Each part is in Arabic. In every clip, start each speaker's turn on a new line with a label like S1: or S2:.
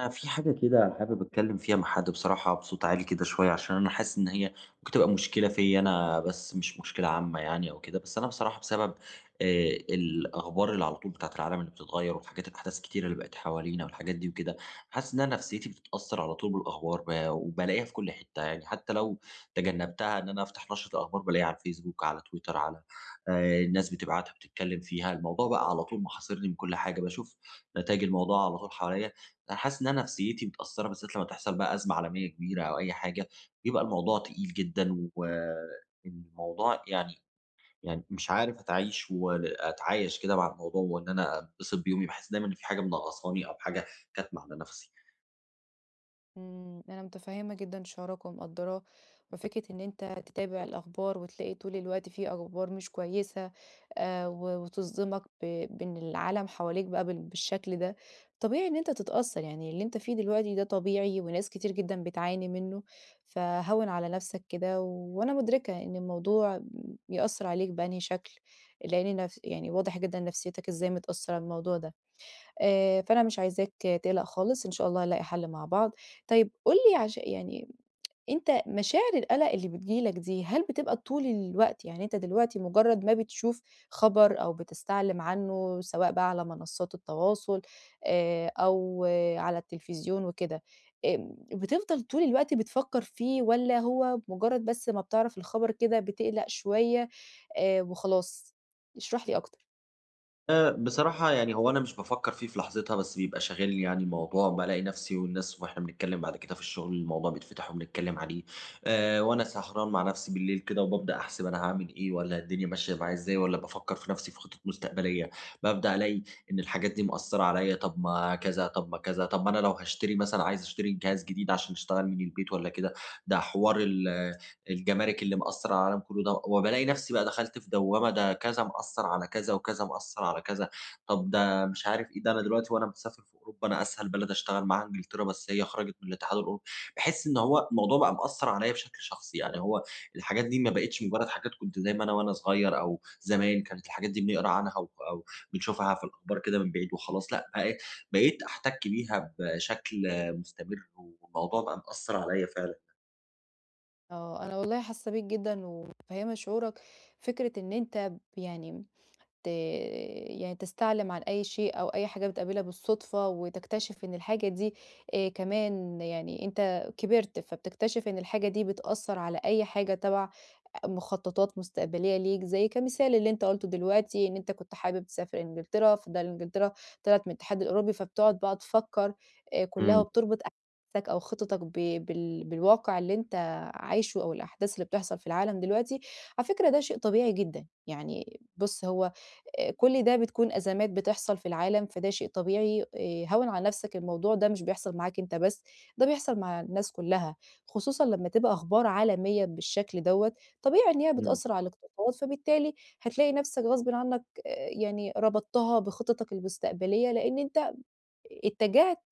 S1: أنا في حاجة كده حابب أتكلم فيها مع حد، بصراحة، بصوت عالي كده شوية، عشان أنا حاسس إن هي ممكن تبقى مشكلة فيا أنا بس، مش مشكلة عامة يعني أو كده. بس أنا بصراحة بسبب الأخبار اللي على طول بتاعت العالم اللي بتتغير، والحاجات الأحداث الكتيرة اللي بقت حوالينا والحاجات دي وكده، حاسس إن أنا نفسيتي بتتأثر على طول بالأخبار. وبلاقيها في كل حتة، يعني حتى لو تجنبتها إن أنا أفتح نشرة الأخبار بلاقيها على الفيسبوك، على تويتر، على، الناس بتبعتها، بتتكلم فيها. الموضوع بقى على طول محاصرني، من كل حاجة بشوف نتائج الموضوع على طول حواليا. أنا حاسس إن أنا نفسيتي متأثّرة، بالذات لمّا تحصل بقى أزمة عالمية كبيرة أو أي حاجة، بيبقى الموضوع تقيل جدًا، والموضوع يعني مش عارف أتعايش وأتعايش كده مع الموضوع، وإن أنا أنبسط بيومي، باحس دايمًا إن في حاجة منغّصاني أو حاجة كاتمة على نَفْسي.
S2: أنا متفهّمة جدًا شعورك ومقدّراه، وفكرة إن أنت تتابع الأخبار وتلاقي طول الوقت في أخبار مش كويسة، و وتصدمك بإن العالم حواليك بقى بالشكل ده. طبيعي إن أنت تتأثّر، يعني اللي أنت فيه دلوقتي ده طبيعي وناس كتير جدًا بتعاني منه، فهوِّن على نَفْسك كده، وأنا مُدركة إن الموضوع بيأثّر عليك بأنهي شكل، لإن يعني واضح جدًا نفسيتك إزاي متأثّرة من الموضوع ده. فأنا مش عايزاك تقلق خالص، إن شاء الله هنلاقي حل مع بعض. طيب قُل لي يعني أنت مشاعر القلق اللي بتيجي لك دي، هل بتبقى طول الوقت؟ يعني أنت دلوقتي مجرد ما بتشوف خبر أو بتستعلم عنه سواء بقى على منصات التواصل، أو على التلفزيون وكده. بتفضل طول الوقت بتفكر فيه والّا هو مجرد بس ما بتعرف الخبر كده بتقلق شوية وخلاص؟ اشرح لي أكتر.
S1: بصراحة يعني، هو أنا مش بافكّر فيه في لحظتها، بس بيبقى شاغلني يعني الموضوع، بالاقي نفسي والناس وإحنا بنتكلّم بعد كده في الشغل، الموضوع بيتفتح وبنتكلّم عليه. وأنا سهران مع نفسي بالليل كده، وبابدأ أحسب أنا هاعمل إيه، والّا الدنيا ماشية معايا إزاي، والّا بافكّر في نفسي في خطط مستقبلية. بابدأ ألاقي إن الحاجات دي مأثّرة عليّا، طَب ما كذا، طَب ما كذا، طَب ما أنا لو هاشتري مثلًا، عايز أشتري جهاز جديد عشان أشتغل من البيت والّا كده، ده حوار الجمارك اللي مأثّرة على العالم كلّه ده، وبالاقي نفْسي بقى دخلت في دوّامة، ده كذا مأثّر على كذا، وكذا مأثّر على كذا، طب ده مش عارف إيه. ده أنا دلوقتي وأنا مسافر في أوروبا، أنا أسهل بلد أشتغل معاها إنجلترا، بس هي خرجت من الاتحاد الأوروبي. باحس إن هو الموضوع بقى مأثّر عليَّ بشكل شخصي، يعني هو الحاجات دي ما
S2: اهم.
S1: بقِتش مجرّد حاجات كنت زي ما أنا وأنا صغير، أو زمان كانت الحاجات دي بنقرا عنها أو بنشوفها في الأخبار كده من بعيد وخلاص، لأ، بقيت أحتك بيها بشكل مستمر، والموضوع بقى مأثّر عليَّ فعلًا.
S2: آه، أنا والله حاسة بيك جدًا ومتفهمة شعورك، فكرة إن أنت يعني ت يعني تستعلم عن أي شيء أو أي حاجة بتقابلها بالصدفة، وتكتشف إن الحاجة دي كمان يعني أنت كبرت، فبتكتشف إن الحاجة دي بتأثّر على أي حاجة تَبَع مخططات مستقبلية ليك زي كمثال اللي أنت قُلته دلوقتي إن أنت كنت حابب تسافر إنجلترا، فده إنجلترا طلعت من الاتحاد الأوروبي، فبتقعد بقى تفكّر كُلّها
S1: إمم،
S2: وبتربط أحداثك أو خططك ب بال بالواقع اللي أنت عايشه أو الأحداث اللي بتحصل في العالم دلوقتي. على فكرة ده شيء طبيعي جدًا، يعني بُص هو كل ده بتكون أزمات بتحصل في العالم، فده شيء طبيعي. هوّن على نَفْسك الموضوع ده مش بيحصل معاك أنت بس، ده بيحصل مع الناس كُلّها، خصوصًا لمّا تبقى أخبار عالمية بالشكل دوّة طبيعي إن هي
S1: إمم،
S2: بتأثّر على الاقتصاد، فبالتالي هتلاقي نَفْسك غصبٍ عنّك يعني ربطتها بخططك المستقبلية، لإن أنت اتجهت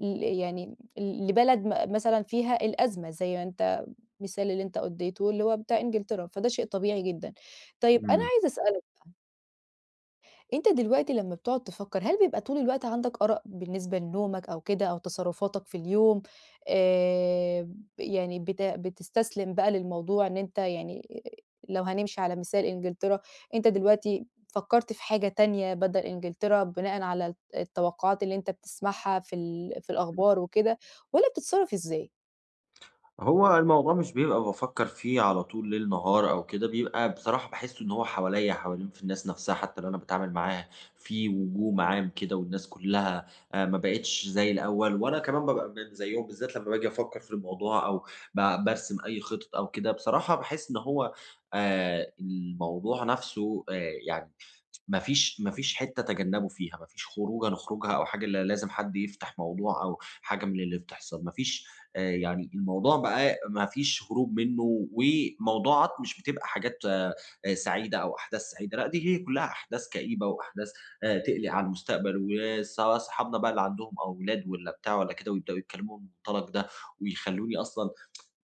S2: يعني ل لبلد مثلًا فيها الأزمة زي ما أنت المثال اللي أنت أدّيته اللي هو بتاع إنجلترا، فده شيء طبيعي جدًا. طيب أنا
S1: إمم.
S2: عايزة أسألك، أنت دلوقتي لمّا بتقعد تفكّر، هل بيبقى طول الوقت عندك آراء بالنسبة لنومك أو كده أو تصرفاتك في اليوم، يعني بتستسلم بقى للموضوع إن أنت يعني لو هنمشي على مثال إنجلترا، أنت دلوقتي فكّرت في حاجة تانية بدل إنجلترا بناءً على التوقعات اللي أنت بتسمعها في الأخبار وكده، والّا بتتصرف إزاي؟
S1: هو الموضوع مش بيبقى بافكّر فيه على طول ليل نهار أو كده، بيبقى بصراحة باحس إن هو حواليّا، حوالين في الناس نفسها حتى اللي أنا باتعامل معاها، في وجوم عام كده، والناس كلّها ما بقِتش زي الأول، وأنا كمان بابقى من زيّهم، بالذات لمّا باجي أفكّر في الموضوع أو بارسم أي خطط أو كده. بصراحة باحس إن هو الموضوع نفسه، يعني، ما فيش حتّة تجنّبوا فيها، ما فيش خروجة نخرجها أو حاجة، إلّا لازم حد يفتح موضوع أو حاجة من اللي بتحصل. ما فيش يعني، الموضوع بقى ما فيش هروب منّه، وموضوعات مش بتبقى حاجات سعيدة أو أحداث سعيدة، لأ، دي هي كلّها أحداث كئيبة وأحداث تقلق على المستقبل. وسواء صحابنا بقى اللي عندهم أولاد والّا بتاع والّا كده ويبدأوا يتكلموا بالمنطلق ده، ويخلّوني أصلًا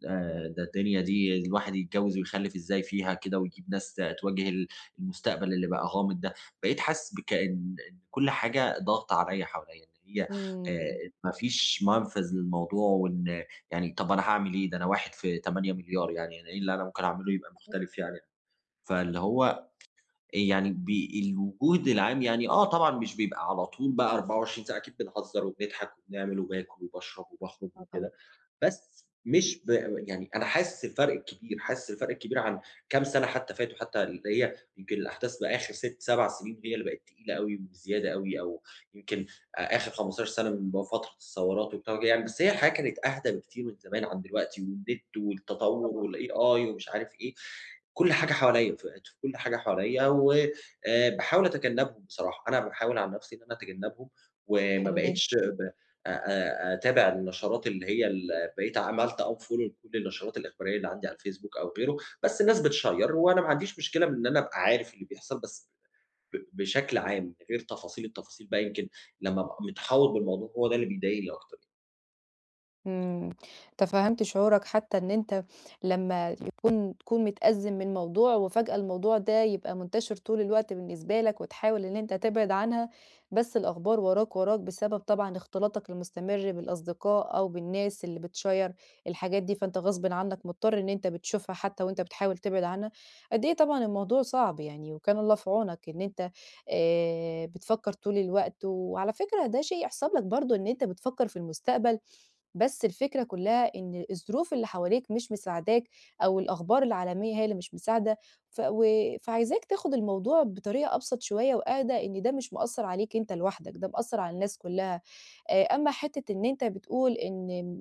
S1: ده الدنيا دي الواحد يتجوّز ويخلّف إزاي فيها كده، ويجيب ناس تواجه المستقبل اللي بقى غامض ده. بقيت حاسس بكأن إن كل حاجة ضاغطة عليّا حواليّا، إن هي آآ
S2: إمم.
S1: ما فيش منفذ للموضوع، وإن يعني، طَب أنا هاعمل إيه؟ ده أنا واحد في 8 مليار، يعني أنا إيه اللي أنا ممكن أعمله يبقى مختلف يعني؟ فاللي هو يعني الوجود العام، يعني آه طبعًا مش بيبقى على طول بقى 24 ساعة، أكيد بنهزر وبنضحك وبنعمل وباكل وباشرب وباخرج
S2: آه طبعًا،
S1: وكده، بس مش يعني، أنا حاسس الفرق الكبير، حاسس الفرق الكبير عن كام سنة حتى فاتوا، حتى اللي هي يمكن الأحداث بآخر 6، 7 سنين هي اللي بقت تقيلة أوي وزيادة أوي، أو يمكن آخر 15 سَنة من فترة الثورات وبتاع وكده يعني، بس هي الحياة كانت أهدى بكتير من زمان عن دلوقتي، والنت والتطوُّر
S2: طبعًا،
S1: والAI ومش عارف إيه، كل حاجة حواليّا، في كل حاجة حواليّا و باحاول أتجنّبهم بصراحة، أنا باحاول عن نَفْسي إن أنا أتجنّبهم، وما
S2: حلو جدًا.
S1: بقيتش ب أ أ أتابع النشرات اللي هي بقيت عملت unfollow لكل النشرات الإخبارية اللي عندي على الفيسبوك أو غيره، بس الناس بتشيّر، وأنا ما عنديش مشكلة من إن أنا أبقى عارف اللي بيحصل، بس بشكل عام، من غير تفاصيل. التفاصيل بقى، يمكن لمّا أبقى متحوّط بالموضوع، هو ده اللي بيضايقني أكتر.
S2: إمم، تفهّمت شعورك حتى إن أنت لمّا تكون متأزِّم من موضوع وفجأة الموضوع ده يبقى منتشر طول الوقت بالنسبة لك وتحاول إن أنت تبعد عنها، بس الأخبار وراك، وراك بسبب طبعًا اختلاطك المستمر بالأصدقاء أو بالناس اللي بتشيّر الحاجات دي، فأنت غصبٍ عنك مضطر إن أنت بتشوفها حتى وأنت بتحاول تبعد عنها. قد إيه طبعًا الموضوع صعب يعني وكان الله في عونك إن أنت بتفكّر طول الوقت، وعلى فكرة ده شيء يحسب لك برضه إن أنت بتفكّر في المستقبل، بس الفكرة كلّها إن الظروف اللي حواليك مش مساعداك، أو الأخبار العالمية هي اللي مش مساعدة، ف و فعايزاك تاخد الموضوع بطريقة أبسط شوية وأهدى، إن ده مش مأثّر عليك أنت لوحدك، ده مأثّر على الناس كلّها. أمّا حتّة إن أنت بتقول إن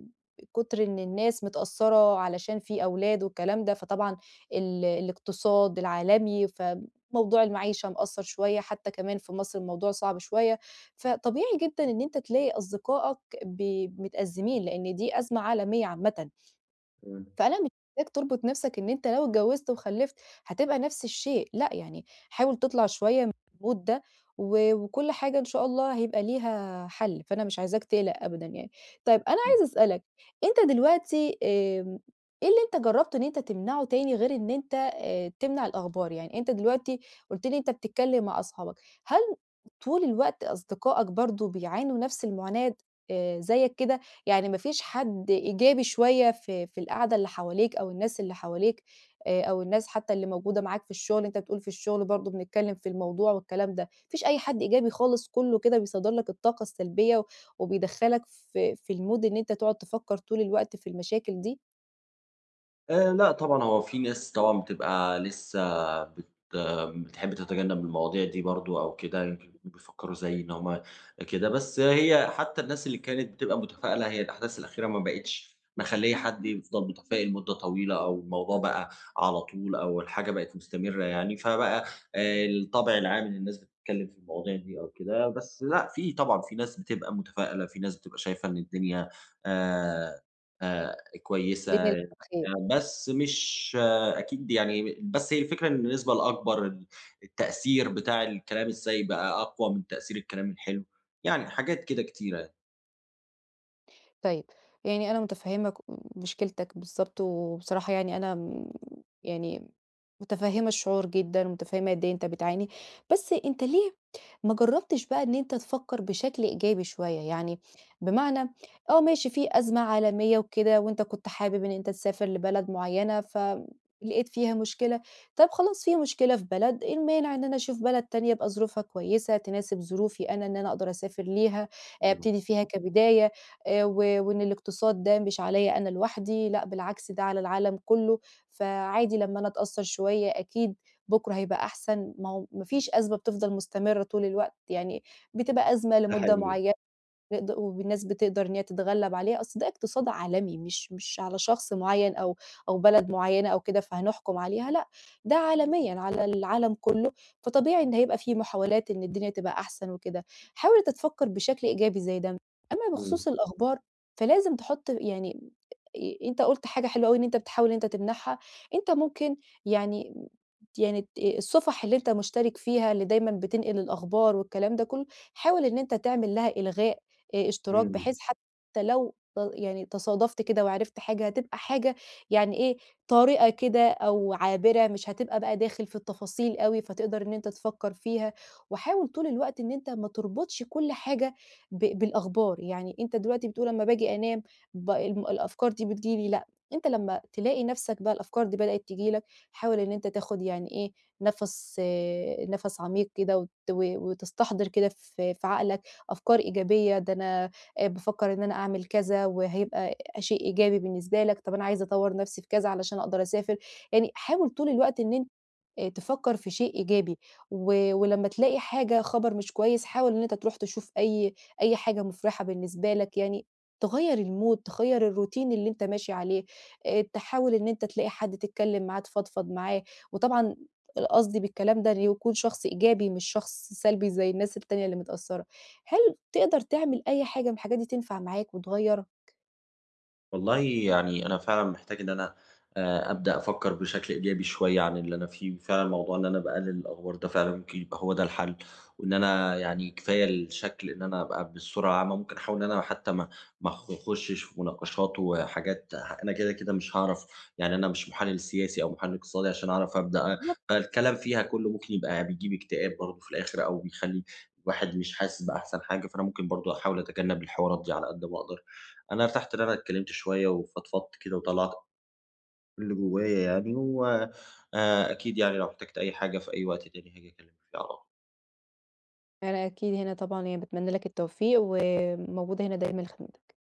S2: كتر إن الناس متأثّرة علشان في أولاد والكلام ده، فطبعًا الاقتصاد العالمي، فموضوع المعيشة مأثّر شوية، حتّى كمان في مصر الموضوع صعب شوية، فطبيعي جدًا إن أنت تلاقي أصدقائك ب متأزمين، لإن دي أزمة عالمية عامةً،
S1: إمم،
S2: فأنا مش عايزاك تربط نفسك إن أنت لو اتجوزت وخلّفت هتبقى نفس الشيء، لأ يعني حاول تطلع شوية من الmood ده، و وكل حاجة إن شاء الله هيبقى ليها حل، فأنا مش عايزاك تقلق أبدًا يعني. طيب أنا
S1: إمم.
S2: عايزة أسألك، أنت دلوقتي إيه اللي أنت جرّبت إن أنت تمنعه تاني غير إن أنت تمنع الأخبار؟ يعني أنت دلوقتي قُلت لي أنت بتتكلم مع أصحابك، هل طول الوقت أصدقائك برضه بيعانوا نفس المعاناة زيك كده؟ يعني ما فيش حد إيجابي شوية في القعدة اللي حواليك أو الناس اللي حواليك، أو الناس حتى اللي موجودة معاك في الشغل، أنت بتقول في الشغل برضه بنتكلم في الموضوع والكلام ده، ما فيش أي حد إيجابي خالص كلّه كده بيصدّر لك الطاقة السلبية، وبيدخّلك في الmood إن أنت تقعد تفكّر طول الوقت في المشاكل دي،
S1: لأ طبعًا، هو في ناس طبعًا بتبقى لسه بتحب تتجنب المواضيع دي برضه أو كده، يمكن بيفكّروا زيي إن هُم كده. بس هي حتى الناس اللي كانت بتبقى متفائلة، هي الأحداث الأخيرة ما بقِتش مخلّية حد يفضل متفائل مدة طويلة، أو الموضوع بقى على طول أو الحاجة بقت مستمرة يعني، فبقى الطبع العام إن الناس بتتكلّم في المواضيع دي أو كده. بس لأ، في طبعًا، في ناس بتبقى متفائلة، في ناس بتبقى شايفة إن الدنيا آآ آآ
S2: الدنيا
S1: كويسة.
S2: لسه بخير.
S1: بس مش أكيد يعني، بس هي الفكرة إن النسبة الأكبر، التأثير بتاع الكلام السيء بقى أقوى من تأثير الكلام الحلو، يعني حاجات كده كتيرة يعني.
S2: طيب، يعني أنا متفهّمة مشكلتك بالضبط، وبصراحة يعني أنا يعني متفهّمة الشعور جدًا، ومتفهّمة قد إيه أنت بتعاني، بس أنت ليه ما جرّبتش بقى إن أنت تفكّر بشكل إيجابي شوية، يعني بمعنى ماشي في أزمة عالمية وكده وأنت كنت حابب إن أنت تسافر لبلد معيّنة فلقيت فيها مشكلة، طَب خلاص في مشكلة في بلد، إيه المانع إن أنا أشوف بلد تانية يبقى ظروفها كويسة تناسب ظروفي أنا إن أنا أقدر أسافر ليها،
S1: أيوه،
S2: أبتدي فيها كبداية و وإن الاقتصاد ده مش عليّا أنا لوحدي، لأ بالعكس ده على العالم كُلّه، فعادي لمّا أنا أتأثّر شوية أكيد بكرة هيبقى أحسن، ما هو ما فيش أزمة بتفضل مستمرة طول الوقت، يعني بتبقى أزمة
S1: ده
S2: لمدة
S1: حقيقي،
S2: معينة. نقد والناس بتقدر إن هي تتغلب عليه، أصل ده اقتصاد عالمي مش على شخص معيّن أو بلد معيّنة أو كده فهنحكم عليها لأ، ده عالميًا على العالم كلّه، فطبيعي إن هيبقى في محاولات إن الدنيا تبقى أحسن وكده. حاول أنت تفكّر بشكل إيجابي زي ده. أمّا
S1: إمم،
S2: بخصوص الأخبار فلازم تحُط يعني أنت قُلت حاجة حلوة أوي إن أنت بتحاول إن أنت تمنعها، أنت ممكن يعني يعني ت الصفح اللي أنت مشترك فيها اللي دايمًا بتنقل الأخبار والكلام ده كلّه، حاول إن أنت تعمل لها إلغاء اشتراك،
S1: إمم.
S2: بحيث حتى لو يعني تصادفت كده وعرفت حاجة، هتبقى حاجة يعني إيه، طريقة كده أو عابرة، مش هتبقى بقى داخل في التفاصيل أوي، فتقدر إن أنت تفكّر فيها. وحاول طول الوقت إن أنت ما تربطش كل حاجة بالأخبار، يعني أنت دلوقتي بتقول أمّا باجي أنام ب الم الأفكار دي بتيجي لي، لأ، أنت لمّا تلاقي نَفْسك بقى الأفكار دي بدأت تيجي لك، حاول إن أنت تاخُد يعني إيه، نَفَس نَفَس عميق كده وت و وتستحضر كده في عقلك أفكار إيجابية، ده أنا بافكّر إن أنا أعمل كذا وهيبقى شيء إيجابي بالنسبة لك، طَب أنا عايزة أطوّر نَفْسي في كذا علشان أقدر أسافر، يعني حاول طول الوقت إن انت تفكّر في شيء إيجابي، ولمّا تلاقي حاجة خبر مش كويس، حاول إن أنت تروح تشوف أي حاجة مُفرحة بالنسبة لك يعني، تغيّر الmood تغيّر الروتين اللي أنت ماشي عليه، تحاول إن أنت تلاقي حد تتكلّم معاه، تفضفض معاه، وطبعًا قصدي بالكلام ده إن يكون شخص إيجابي مش شخص سلبي زي الناس التانية اللي متأثّرة. هل تقدر تعمل أي حاجة من الحاجات دي تنفع معاك وتغيّر؟
S1: والله يعني، أنا فعلًا محتاج إن أنا أبدأ أفكّر بشكل إيجابي شوية عن اللي أنا فيه، فعلًا موضوع إن أنا باقلل الأخبار ده فعلًا ممكن يبقى هو ده الحل، وإن أنا يعني كفاية الشكل إن أنا أبقى بالصورة العامة، ممكن أحاول إن أنا حتى ما أخشش في مناقشات وحاجات. أنا كده، كده مش هاعرف، يعني أنا مش محلل سياسي أو محلل اقتصادي عشان أعرف أبدأ.
S2: بالضبط.
S1: فالكلام فيها كلّه ممكن يبقى بيجيب اكتئاب برضه في الآخر، أو بيخلّي الواحد مش حاسس بأحسن حاجة، فأنا ممكن برضه أحاول أتجنب الحوارات دي على قد ما أقدر. أنا ارتحت إن أنا اتكلمت شوية وفضفضت كده وطلعت اللي جوايا يعني، و أكيد يعني لو احتجت أي حاجة في أي وقت تاني هاجي أكلمك فيه على طول.
S2: أنا أكيد هنا طبعًا يعني باتمنى لك التوفيق، وموجودة هنا دايمًا لخدمتك.